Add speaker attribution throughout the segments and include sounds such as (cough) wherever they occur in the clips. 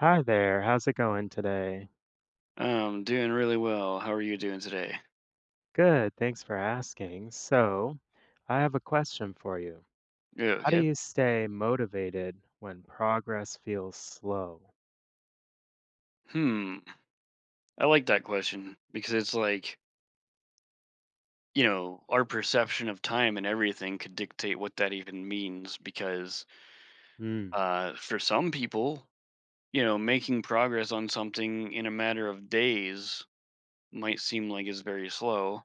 Speaker 1: Hi there, how's it going today?
Speaker 2: Doing really well. How are you doing today?
Speaker 1: Good, thanks for asking. So, I have a question for you.
Speaker 2: Yeah,
Speaker 1: How do
Speaker 2: okay.
Speaker 1: you stay motivated when progress feels slow?
Speaker 2: Hmm. I like that question because it's like, our perception of time and everything could dictate what that even means because
Speaker 1: Mm,
Speaker 2: for some people, making progress on something in a matter of days might seem like it's very slow.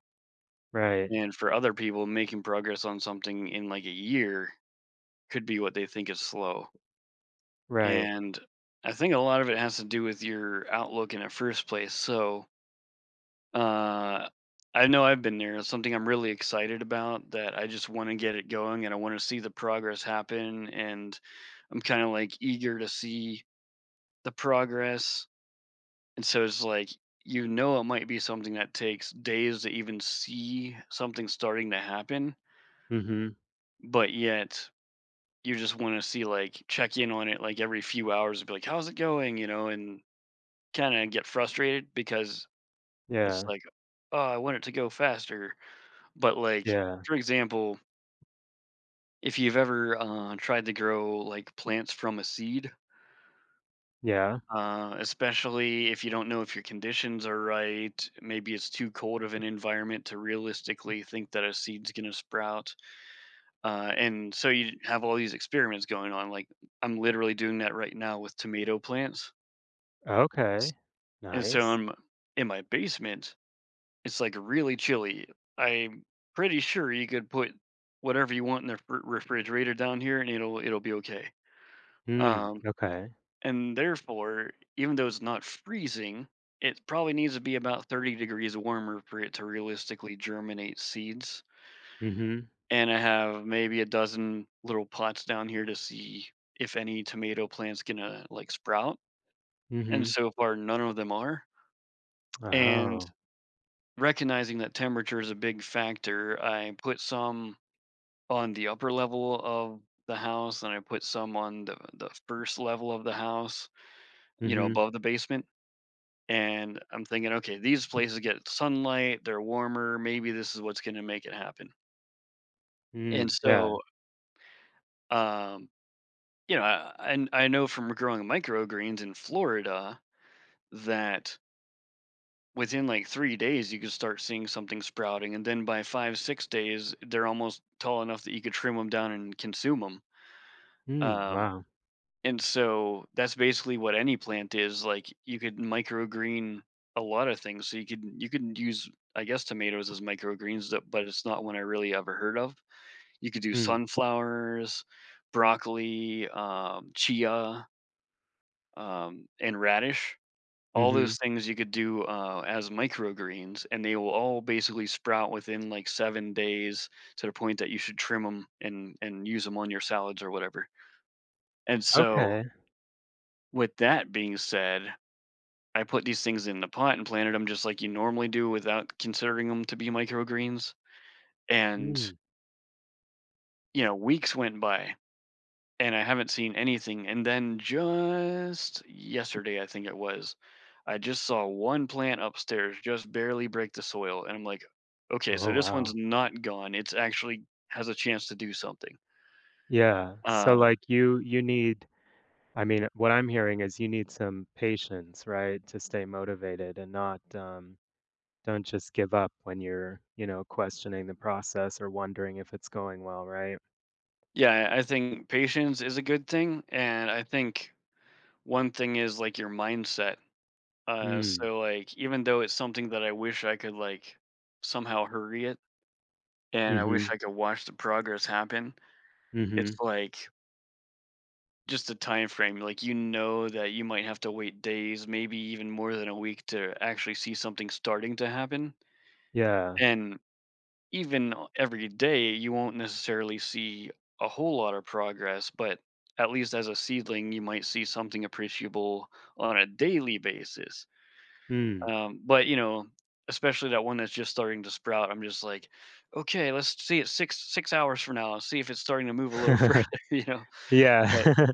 Speaker 1: right,
Speaker 2: And for other people, making progress on something in like a year could be what they think is slow.
Speaker 1: right.
Speaker 2: And I think a lot of it has to do with your outlook in the first place. So Uh, I know I've been there. It's something I'm really excited about that I just want to get it going and I want to see the progress happen. And I'm kind of like eager to see the progress. And so it's like, it might be something that takes days to even see something starting to happen,
Speaker 1: Mm-hmm.
Speaker 2: but yet you just want to see, like, check in on it like every few hours and be like, how's it going? And kind of get frustrated because it's
Speaker 1: Yeah,
Speaker 2: like, oh, I want it to go faster. But, like,
Speaker 1: yeah,
Speaker 2: for example, if you've ever, tried to grow, like, plants from a seed,
Speaker 1: yeah.
Speaker 2: especially if you don't know if your conditions are right, maybe it's too cold of an environment to realistically think that a seed's gonna sprout, and so you have all these experiments going on, like, I'm literally doing that right now with tomato plants, s
Speaker 1: Okay,
Speaker 2: and so
Speaker 1: nice.
Speaker 2: I'm in my basement. It's, like, really chilly. I'm pretty sure you could put whatever you want in the r refrigerator down here, and it'll be okay.
Speaker 1: Mm,
Speaker 2: Um,
Speaker 1: okay.
Speaker 2: and therefore, even though it's not freezing, it probably needs to be about 30 degrees warmer for it to realistically germinate seeds,
Speaker 1: Mm-hmm.
Speaker 2: and I have maybe a dozen little pots down here to see if any tomato plant's gonna, like, sprout, and
Speaker 1: Mm-hmm.
Speaker 2: so far, none of them are, and
Speaker 1: Oh.
Speaker 2: recognizing that temperature is a big factor, I put some on the upper level of the house and I put some on the first level of the house,
Speaker 1: Mm-hmm.
Speaker 2: above the basement. And I'm thinking, okay, these places get sunlight, they're warmer, maybe this is what's going to make it happen. And
Speaker 1: Mm, yeah.
Speaker 2: so, um, and I know from growing microgreens in Florida that within like 3 days you could start seeing something sprouting, and then by 5, 6 days they're almost tall enough that you could trim them down and consume
Speaker 1: Mm,
Speaker 2: them.
Speaker 1: wow.
Speaker 2: And so that's basically what any plant is. Like you could microgreen a lot of things. So you could use I guess tomatoes as microgreens, but it's not one I really ever heard of. You could do
Speaker 1: Mm,
Speaker 2: sunflowers, broccoli, chia, and radish. All
Speaker 1: mm-hmm.
Speaker 2: those things you could do as microgreens, and they will all basically sprout within like 7 days to the point that you should trim them and use them on your salads or whatever. And so,
Speaker 1: Okay.
Speaker 2: with that being said, I put these things in the pot and planted them just like you normally do without considering them to be microgreens. And,
Speaker 1: Mm.
Speaker 2: you know, weeks went by and I haven't seen anything. And then just yesterday, I think it was, I just saw one plant upstairs just barely break the soil. And I'm like, okay, so
Speaker 1: Oh,
Speaker 2: this one's
Speaker 1: wow.
Speaker 2: not gone. It's actually has a chance to do something.
Speaker 1: Yeah. So
Speaker 2: Uh,
Speaker 1: like you need I mean, what I'm hearing is you need some patience, right, to stay motivated and not don't just give up when you're, you know, questioning the process or wondering if it's going well, right?
Speaker 2: yeah, I think patience is a good thing. And I think one thing is like your mindset.
Speaker 1: Mm.
Speaker 2: So, like, even though it's something that I wish I could, like, somehow hurry it, and I wish
Speaker 1: Mm-hmm.
Speaker 2: I could watch the progress happen,
Speaker 1: Mm-hmm.
Speaker 2: it's like just the time frame. Like, you know that you might have to wait days, maybe even more than a week to actually see something starting to happen.
Speaker 1: Yeah.
Speaker 2: And even every day, you won't necessarily see a whole lot of progress, but at least as a seedling, you might see something appreciable on a daily basis.
Speaker 1: Mm.
Speaker 2: But especially that one that's just starting to sprout, I'm just like, okay, let's see it six hours from now, see if it's starting to move a little (laughs) further,
Speaker 1: (laughs)
Speaker 2: you know.
Speaker 1: Yeah.
Speaker 2: But
Speaker 1: (laughs)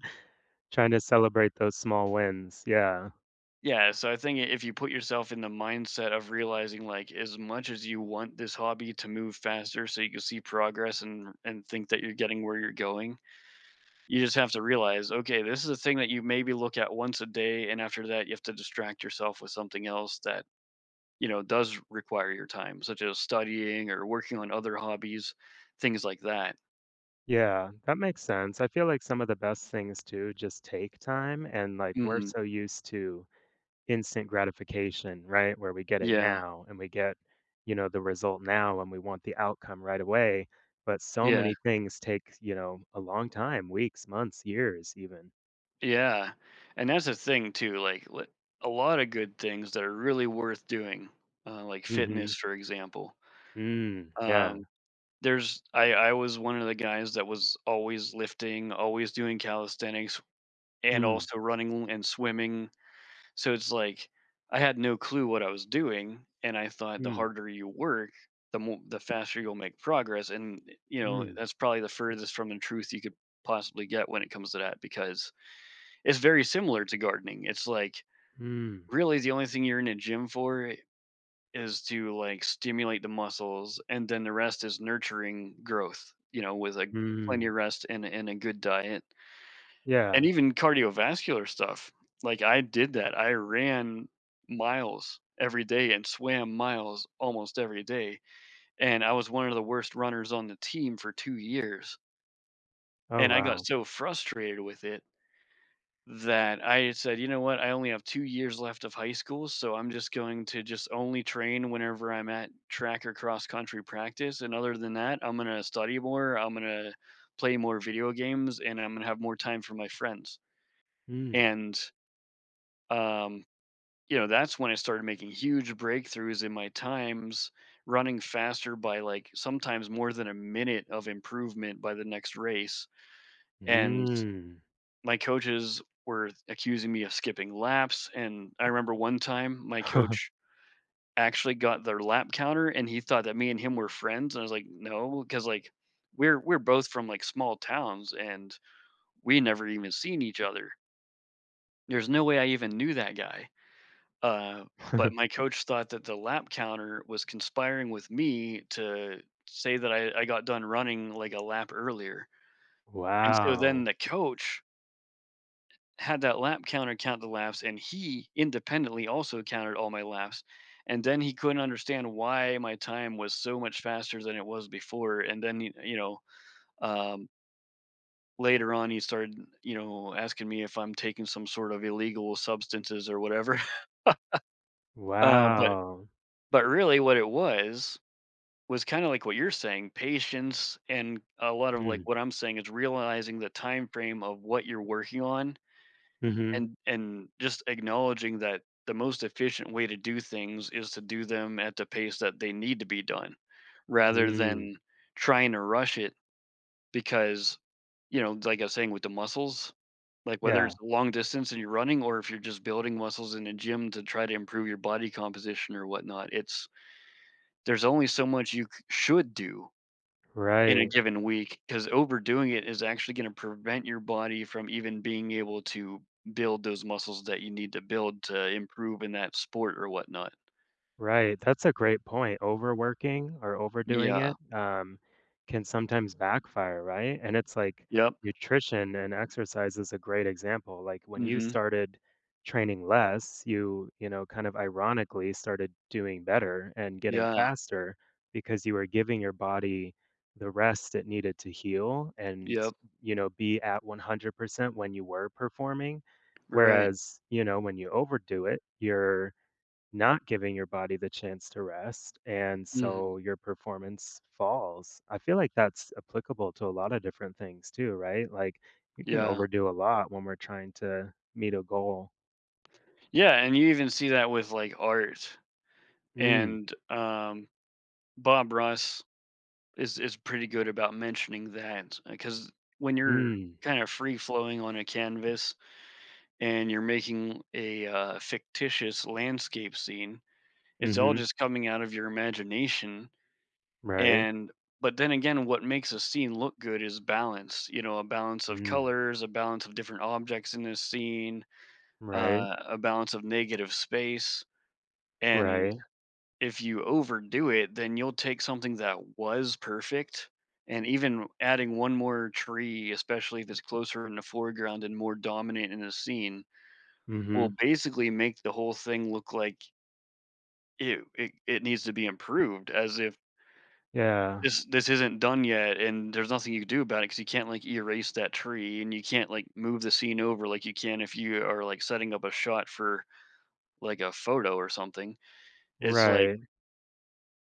Speaker 1: Trying to celebrate those small wins. Yeah.
Speaker 2: yeah, so I think if you put yourself in the mindset of realizing like as much as you want this hobby to move faster so you can see progress and think that you're getting where you're going, you just have to realize, okay, this is a thing that you maybe look at once a day and after that you have to distract yourself with something else that you know, does require your time, such as studying or working on other hobbies, things like that.
Speaker 1: Yeah, that makes sense. I feel like some of the best things too just take time and like we're
Speaker 2: Mhm.
Speaker 1: so used to instant gratification, right? Where we get it
Speaker 2: Yeah.
Speaker 1: now and we get, you know, the result now and we want the outcome right away. But so
Speaker 2: Yeah.
Speaker 1: many things take, you know, a long time, weeks, months, years, even.
Speaker 2: Yeah. And that's the thing too, like, li a lot of good things that are really worth doing, like
Speaker 1: Mm-hmm.
Speaker 2: fitness, for example.
Speaker 1: Mm, yeah.
Speaker 2: Um, there's I was one of the guys that was always lifting, always doing calisthenics, and
Speaker 1: Mm,
Speaker 2: also running and swimming. So it's like I had no clue what I was doing, and I thought the
Speaker 1: mm,
Speaker 2: harder you work, the faster you'll make progress. And
Speaker 1: mm,
Speaker 2: that's probably the furthest from the truth you could possibly get when it comes to that, because it's very similar to gardening. It's like
Speaker 1: mm,
Speaker 2: really the only thing you're in a gym for is to like stimulate the muscles, and then the rest is nurturing growth. With a plenty
Speaker 1: mm.
Speaker 2: of rest and a good diet and
Speaker 1: Yeah.
Speaker 2: even cardiovascular stuff. Like I did that. I ran miles every day and swam miles almost every day. And I was one of the worst runners on the team for 2 years.
Speaker 1: Oh,
Speaker 2: And I got
Speaker 1: wow.
Speaker 2: so frustrated with it that I said, you know what? I only have 2 years left of high school. So I'm just going to just only train whenever I'm at track or cross country practice. And other than that, I'm going to study more. I'm going to play more video games and I'm going to have more time for my friends.
Speaker 1: Mm,
Speaker 2: And, um, you know, that's when I started making huge breakthroughs in my times, running faster by like sometimes more than a minute of improvement by the next race. And
Speaker 1: mm.
Speaker 2: my coaches were accusing me of skipping laps. And I remember one time my
Speaker 1: (laughs)
Speaker 2: coach actually got their lap counter and he thought that me and him were friends. And I was like, no, because like we're both from like small towns and we never even seen each other. There's no way I even knew that guy. Uh, but my coach thought that the lap counter was conspiring with me to say that I got done running like a lap earlier. And so then
Speaker 1: Wow.
Speaker 2: the coach had that lap counter count the laps, and he independently also counted all my laps. And then he couldn't understand why my time was so much faster than it was before. And then, um, later on, he started, asking me if I'm taking some sort of illegal substances or whatever. (laughs) But
Speaker 1: Wow.
Speaker 2: really, what it was kinda like what you're saying, patience and a lot of, like,
Speaker 1: Mm,
Speaker 2: what I'm saying is realizing the time frame of what you're working on
Speaker 1: mm-hmm.
Speaker 2: and just acknowledging that the most efficient way to do things is to do them at the pace that they need to be done rather
Speaker 1: Mm.
Speaker 2: than trying to rush it because, you know, like I was saying with the muscles, like, whether
Speaker 1: Yeah.
Speaker 2: it's long distance and you're running or if you're just building muscles in a gym to try to improve your body composition or whatnot, it's there's only so much you c should do in a
Speaker 1: Right.
Speaker 2: given week because overdoing it is actually going to prevent your body from even being able to build those muscles that you need to build to improve in that sport or whatnot.
Speaker 1: Right, that's a great point. Overworking or overdoing
Speaker 2: Yeah.
Speaker 1: it, can sometimes backfire, right? And it's like
Speaker 2: Yep.
Speaker 1: nutrition and exercise is a great example. Like when you
Speaker 2: Mhm.
Speaker 1: started training less, you know, kind of ironically started doing better and getting
Speaker 2: Yeah.
Speaker 1: faster because you were giving your body the rest it needed to heal and,
Speaker 2: Yep.
Speaker 1: you know, be at 100% when you were performing.
Speaker 2: Right.
Speaker 1: Whereas, you know, when you overdo it, you're not giving your body the chance to rest, and
Speaker 2: Mhm.
Speaker 1: so your performance falls. I feel like that's applicable to a lot of different things too, right? Like you can
Speaker 2: Yeah.
Speaker 1: overdo a lot when we're trying to meet a goal.
Speaker 2: Yeah, and you even see that with like art
Speaker 1: Mm,
Speaker 2: and Bob Ross is pretty good about mentioning that because when you're
Speaker 1: mm,
Speaker 2: kind of free flowing on a canvas and you're making a fictitious landscape scene. It's all
Speaker 1: mm-hmm,
Speaker 2: just coming out of your imagination.
Speaker 1: right,
Speaker 2: And but then again, what makes a scene look good is balance. A balance of
Speaker 1: mm,
Speaker 2: colors, a balance of different objects in the scene,
Speaker 1: right,
Speaker 2: a balance of negative space. And
Speaker 1: right,
Speaker 2: if you overdo it, then you'll take something that was perfect. And even adding one more tree, especially if it's closer in the foreground and more dominant in the scene, will
Speaker 1: mm-hmm,
Speaker 2: basically make the whole thing look like, "Ew, it needs to be improved," as if
Speaker 1: yeah,
Speaker 2: this isn't done yet and there's nothing you can do about it because you can't, like, erase that tree and you can't, like, move the scene over like you can if you are, like, setting up a shot for, like, a photo or something. It's like,
Speaker 1: right,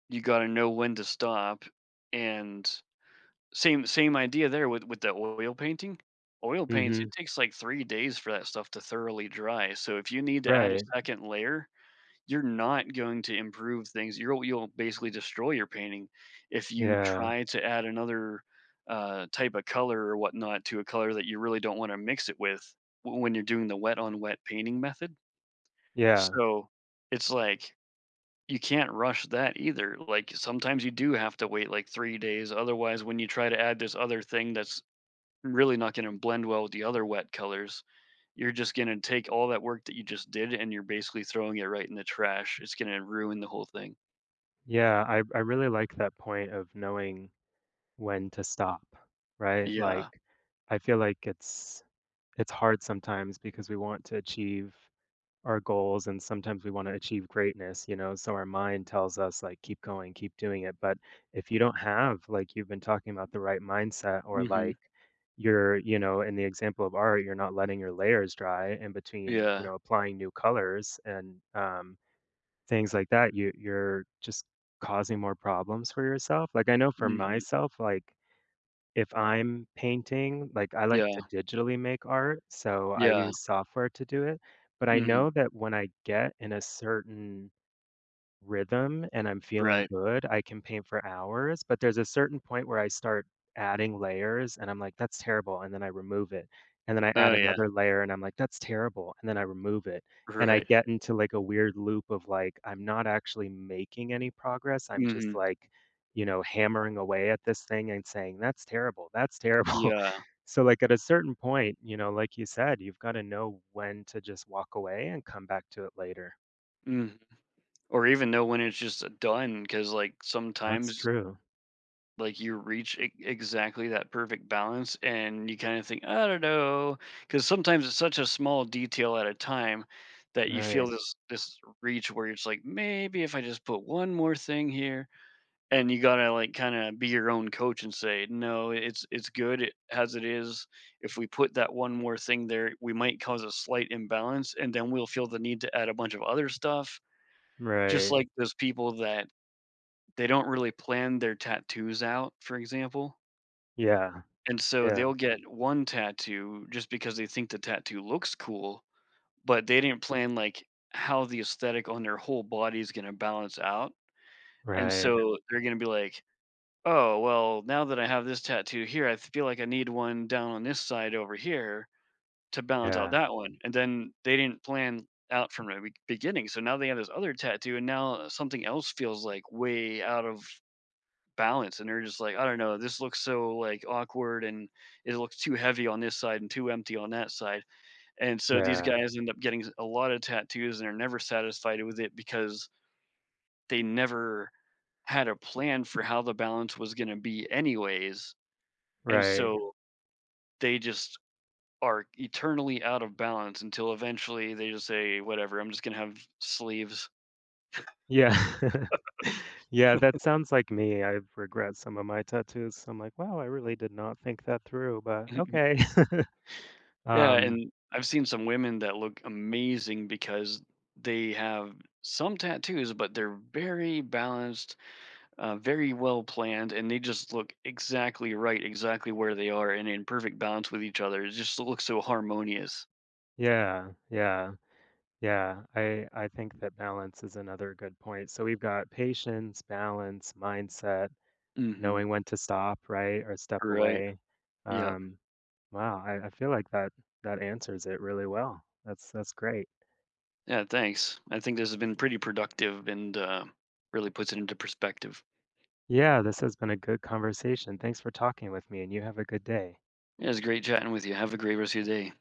Speaker 2: you gotta know when to stop, and same idea there with the oil painting. Oil paints,
Speaker 1: mm-hmm,
Speaker 2: it takes, like, 3 days for that stuff to thoroughly dry, so if you need to add a
Speaker 1: right,
Speaker 2: second layer, you're not going to improve things. You'll basically destroy your painting if you
Speaker 1: yeah,
Speaker 2: try to add another type of color or whatnot to a color that you really don't want to mix it with when you're doing the wet on wet painting method.
Speaker 1: yeah,
Speaker 2: So it's like you can't rush that either. Like sometimes you do have to wait like 3 days. Otherwise, when you try to add this other thing that's really not going to blend well with the other wet colors. You're just going to take all that work that you just did and you're basically throwing it right in the trash. It's going to ruin the whole thing.
Speaker 1: yeah. I really like that point of knowing when to stop, right? Like,
Speaker 2: Yeah.
Speaker 1: I feel like it's hard sometimes because we want to achieve our goals and sometimes we want to achieve greatness, you know, so our mind tells us like keep going, keep doing it, but if you don't have like you've been talking about the right mindset or
Speaker 2: Mhm.
Speaker 1: like you're, you know, in the example of art, you're not letting your layers dry in between, you
Speaker 2: Yeah.
Speaker 1: know, applying new colors and things like that, you're just causing more problems for yourself. Like I know for
Speaker 2: Mhm.
Speaker 1: myself, like if I'm painting, like, I like to
Speaker 2: Yeah.
Speaker 1: digitally make art, so I
Speaker 2: Yeah.
Speaker 1: use software to do it, but I
Speaker 2: Mhm.
Speaker 1: know that when I get in a certain rhythm and I'm feeling
Speaker 2: Right.
Speaker 1: good, I can paint for hours, but there's a certain point where I start adding layers and I'm like, "That's terrible," and then I remove it, and then I add
Speaker 2: Oh yeah.
Speaker 1: another layer and I'm like, "That's terrible," and then I remove it, and I
Speaker 2: Right.
Speaker 1: get into, like, a weird loop of, like, I'm not actually making any progress, I'm just,
Speaker 2: Mhm.
Speaker 1: like, you know, hammering away at this thing and saying, "That's terrible, that's terrible." (laughs)
Speaker 2: Yeah.
Speaker 1: So, like, at a certain point, you know, like you said, you've gotta know when to just walk away and come back to it later.
Speaker 2: Mhm. Or even know when it's just done, because like
Speaker 1: That's
Speaker 2: sometimes
Speaker 1: true.
Speaker 2: like you reach exactly that perfect balance and you kind of think I don't know because sometimes it's such a small detail at a time that you feel
Speaker 1: Right.
Speaker 2: this reach where it's like maybe if I just put one more thing here, and you gotta like kind of be your own coach and say no it's good as it is. If we put that one more thing there we might cause a slight imbalance and then we'll feel the need to add a bunch of other stuff, just
Speaker 1: Right.
Speaker 2: like those people that they don't really plan their tattoos out for example,
Speaker 1: Yeah.
Speaker 2: and so
Speaker 1: Yeah.
Speaker 2: they'll get one tattoo just because they think the tattoo looks cool, but they didn't plan like how the aesthetic on their whole body is gonna balance out. And
Speaker 1: Right.
Speaker 2: so they're gonna be like, "Oh, well, now that I have this tattoo here, I feel like I need one down on this side over here to balance out
Speaker 1: Yeah.
Speaker 2: that one." And then they didn't plan out from the beginning. So now they have this other tattoo, and now something else feels like way out of balance and they're just like, "I don't know, this looks so, like, awkward and it looks too heavy on this side and too empty on that side." And so these
Speaker 1: Yeah.
Speaker 2: guys end up getting a lot of tattoos and are never satisfied with it because they never had a plan for how the balance was gonna be anyways, and
Speaker 1: Right.
Speaker 2: so they just are eternally out of balance until eventually they just say, "Whatever, I'm just gonna have sleeves."
Speaker 1: Yeah. (laughs) Yeah, that sounds like me. I regret some of my tattoos. So I'm like, wow, I really did not think that through, but
Speaker 2: (laughs)
Speaker 1: okay. (laughs)
Speaker 2: Yeah,
Speaker 1: Um,
Speaker 2: and I've seen some women that look amazing because they have some tattoos, but they're very balanced, very well planned, and they just look exactly right, exactly where they are, and in perfect balance with each other. It just looks so harmonious.
Speaker 1: yeah, yeah, yeah. I think that balance is another good point. So we've got patience, balance, mindset, knowing
Speaker 2: Hmm.
Speaker 1: when to stop, right, or step
Speaker 2: Right.
Speaker 1: away.
Speaker 2: Yeah.
Speaker 1: Um, wow, I feel like that that answers it really well. That's great.
Speaker 2: Yeah, thanks. I think this has been pretty productive and really puts it into perspective.
Speaker 1: Yeah, this has been a good conversation. Thanks for talking with me, and you have a good day.
Speaker 2: Yeah, it's great chatting with you. Have a great rest of your day.